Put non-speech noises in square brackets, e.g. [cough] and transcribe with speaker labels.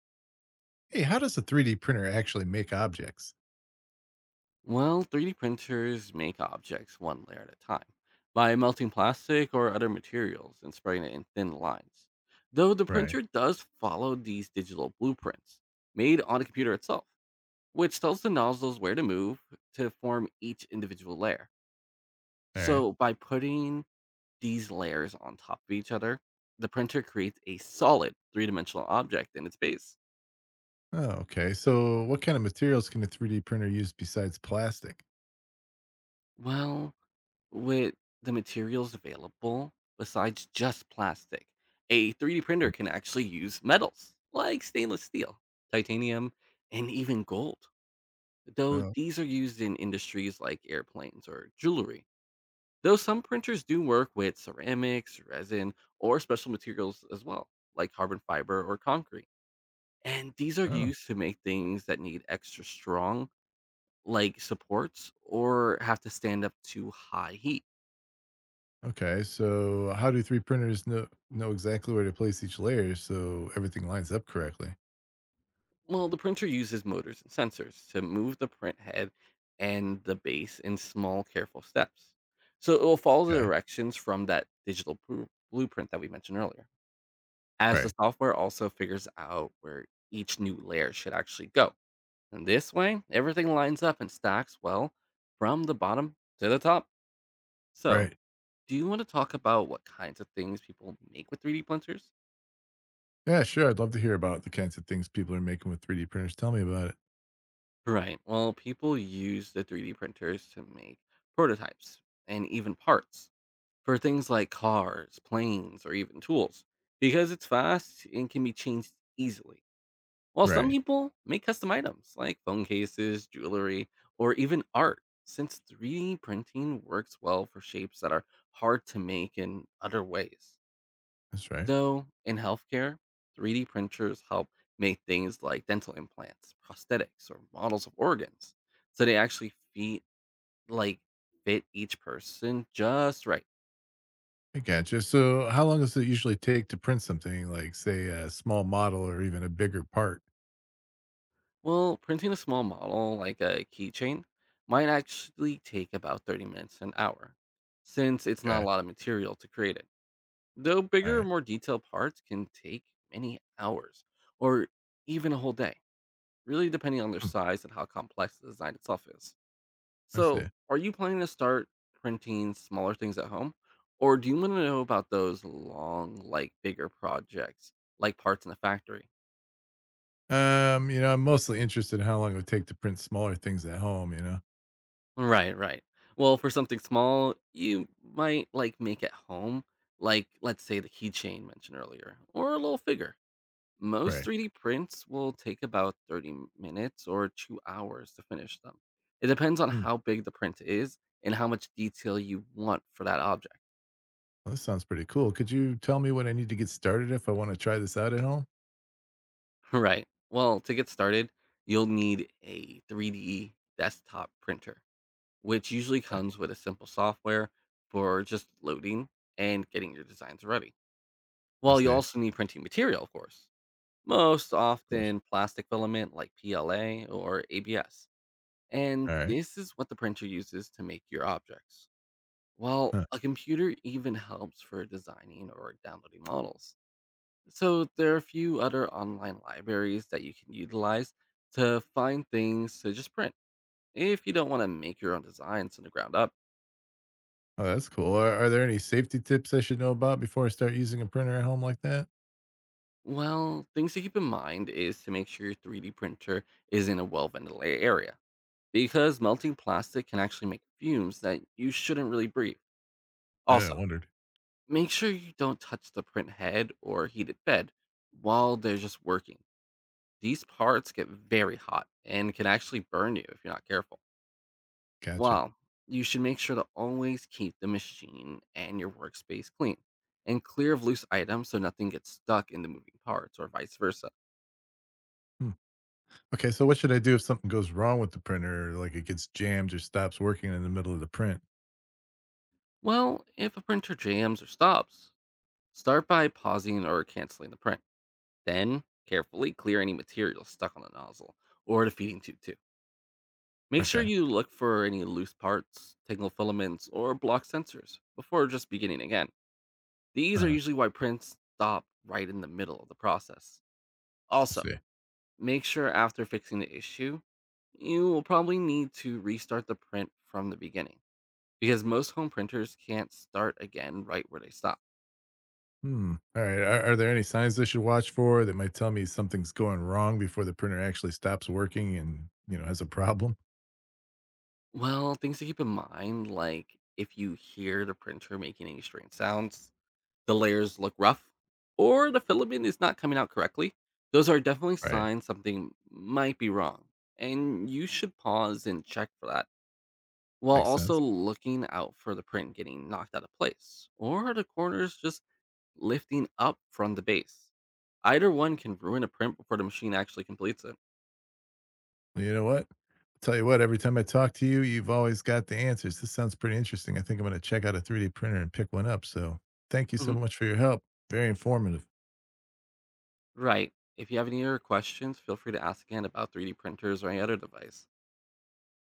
Speaker 1: Hey, how does a 3D printer actually make objects?
Speaker 2: 3D printers make objects one layer at a time by melting plastic or other materials and spreading it in thin lines. Though the
Speaker 1: Right.
Speaker 2: printer does follow these digital blueprints made on the computer itself, which tells the nozzles where to move to form each individual layer.
Speaker 1: All right.
Speaker 2: So, by putting these layers on top of each other, the printer creates a solid three dimensional object in its base.
Speaker 1: Oh, okay. So, what kind of materials can a 3D printer use besides plastic?
Speaker 2: Well, With the materials available, besides just plastic, a 3D printer can actually use metals like stainless steel, titanium, and even gold, though
Speaker 1: Oh,
Speaker 2: these are used in industries like airplanes or jewelry. Though some printers do work with ceramics, resin, or special materials as well, like carbon fiber or concrete. And these are
Speaker 1: oh,
Speaker 2: used to make things that need extra strong, like supports, or have to stand up to high heat.
Speaker 1: okay. So, how do 3D printers know exactly where to place each layer so everything lines up correctly?
Speaker 2: Well, the printer uses motors and sensors to move the print head and the base in small, careful steps. So it will follow the
Speaker 1: Okay.
Speaker 2: directions from that blueprint that we mentioned earlier, as the
Speaker 1: Right.
Speaker 2: software also figures out where each new layer should actually go. And this way, everything lines up and stacks well from the bottom to the top. So,
Speaker 1: Right.
Speaker 2: do you want to talk about what kinds of things people make with 3D printers?
Speaker 1: Yeah, sure. I'd love to hear about the kinds of things people are making with 3D printers. Tell me about it.
Speaker 2: Right. Well, people use the 3D printers to make prototypes and even parts for things like cars, planes, or even tools because it's fast and can be changed easily. While some
Speaker 1: Right.
Speaker 2: people make custom items like phone cases, jewelry, or even art, since 3D printing works well for shapes that are hard to make in other ways.
Speaker 1: That's right.
Speaker 2: Though in healthcare, 3D printers help make things like dental implants, prosthetics, or models of organs. So they actually fit like fit each person just right.
Speaker 1: I gotcha. So, how long does it usually take to print something like, say, a small model or even a bigger part?
Speaker 2: Well, printing a small model like a keychain might actually take about 30 minutes to an hour, since it's not
Speaker 1: Okay.
Speaker 2: a lot of material to create it. Though
Speaker 1: All
Speaker 2: bigger,
Speaker 1: right.
Speaker 2: more detailed parts can take many hours or even a whole day, really depending on their size and how complex the design itself is.
Speaker 1: I
Speaker 2: So,
Speaker 1: see.
Speaker 2: are you planning to start printing smaller things at home? Or do you want to know about those long, like bigger projects, like parts in a factory?
Speaker 1: You know, I'm mostly interested in how long it would take to print smaller things at home?
Speaker 2: Right, right. Well, for something small, you might like make at home, like let's say the keychain mentioned earlier, or a little figure. Most
Speaker 1: Right.
Speaker 2: 3D prints will take about 30 minutes or 2 hours to finish them. It depends on
Speaker 1: Hmm.
Speaker 2: how big the print is and how much detail you want for that object.
Speaker 1: Well, this sounds pretty cool. Could you tell me what I need to get started if I want to try this out at home?
Speaker 2: [laughs] Right. Well, to get started, you'll need a 3D desktop printer, which usually
Speaker 1: Okay.
Speaker 2: comes with a simple software for just loading and getting your designs ready.
Speaker 1: I
Speaker 2: Well, you
Speaker 1: see. Of
Speaker 2: also need printing material, of course, most
Speaker 1: course.
Speaker 2: often plastic filament like PLA or ABS. And
Speaker 1: All right.
Speaker 2: this is what the printer uses to make your objects. Well,
Speaker 1: Huh.
Speaker 2: a computer even helps for designing or downloading models. So there are a few other online libraries that you can utilize to find things to just print if you don't want to make your own designs from the ground up.
Speaker 1: Oh, that's cool. Are there any safety tips I should know about before I start using a printer at home like that?
Speaker 2: Well, things to keep in mind is to make sure your 3D printer is in a well ventilated area because melting plastic can actually make fumes that you shouldn't really breathe.
Speaker 1: Yeah, I
Speaker 2: Also,
Speaker 1: wondered.
Speaker 2: make sure you don't touch the print head or heated bed while they're just working. These parts get very hot and can actually burn you if you're not careful.
Speaker 1: Gotcha.
Speaker 2: Well, you should make sure to always keep the machine and your workspace clean and clear of loose items so nothing gets stuck in the moving parts or vice versa.
Speaker 1: Hmm. Okay, so what should I do if something goes wrong with the printer, like it gets jammed or stops working in the middle of the print?
Speaker 2: Well, if a printer jams or stops, start by pausing or canceling the print. Then carefully clear any material stuck on the nozzle or the feeding tube too. Make sure
Speaker 1: Okay.
Speaker 2: you look for any loose parts, tangled filaments, or blocked sensors before just beginning again. These are
Speaker 1: Uh,
Speaker 2: usually why prints stop right in the middle of the process.
Speaker 1: I
Speaker 2: Also,
Speaker 1: see.
Speaker 2: make sure after fixing the issue, you will probably need to restart the print from the beginning because most home printers can't start again right where they stop.
Speaker 1: Hmm. All right. Are there any signs I should watch for that might tell me something's going wrong before the printer actually stops working and, you know, has a problem?
Speaker 2: Well, things to keep in mind like if you hear the printer making any strange sounds, the layers look rough, or the filament is not coming out correctly, those are definitely
Speaker 1: Right.
Speaker 2: signs something might be wrong. And you should pause and check for that while
Speaker 1: Makes
Speaker 2: also
Speaker 1: sense.
Speaker 2: looking out for the print getting knocked out of place or the corners just lifting up from the base. Either one can ruin a print before the machine actually completes it.
Speaker 1: Well, you know what? Tell you what, every time I talk to you, you've always got the answers. This sounds pretty interesting. I think I'm going to check out a 3D printer and pick one up. So thank you so
Speaker 2: Mhm.
Speaker 1: much for your help. Very informative.
Speaker 2: Right. If you have any other questions, feel free to ask again about 3D printers or any other device.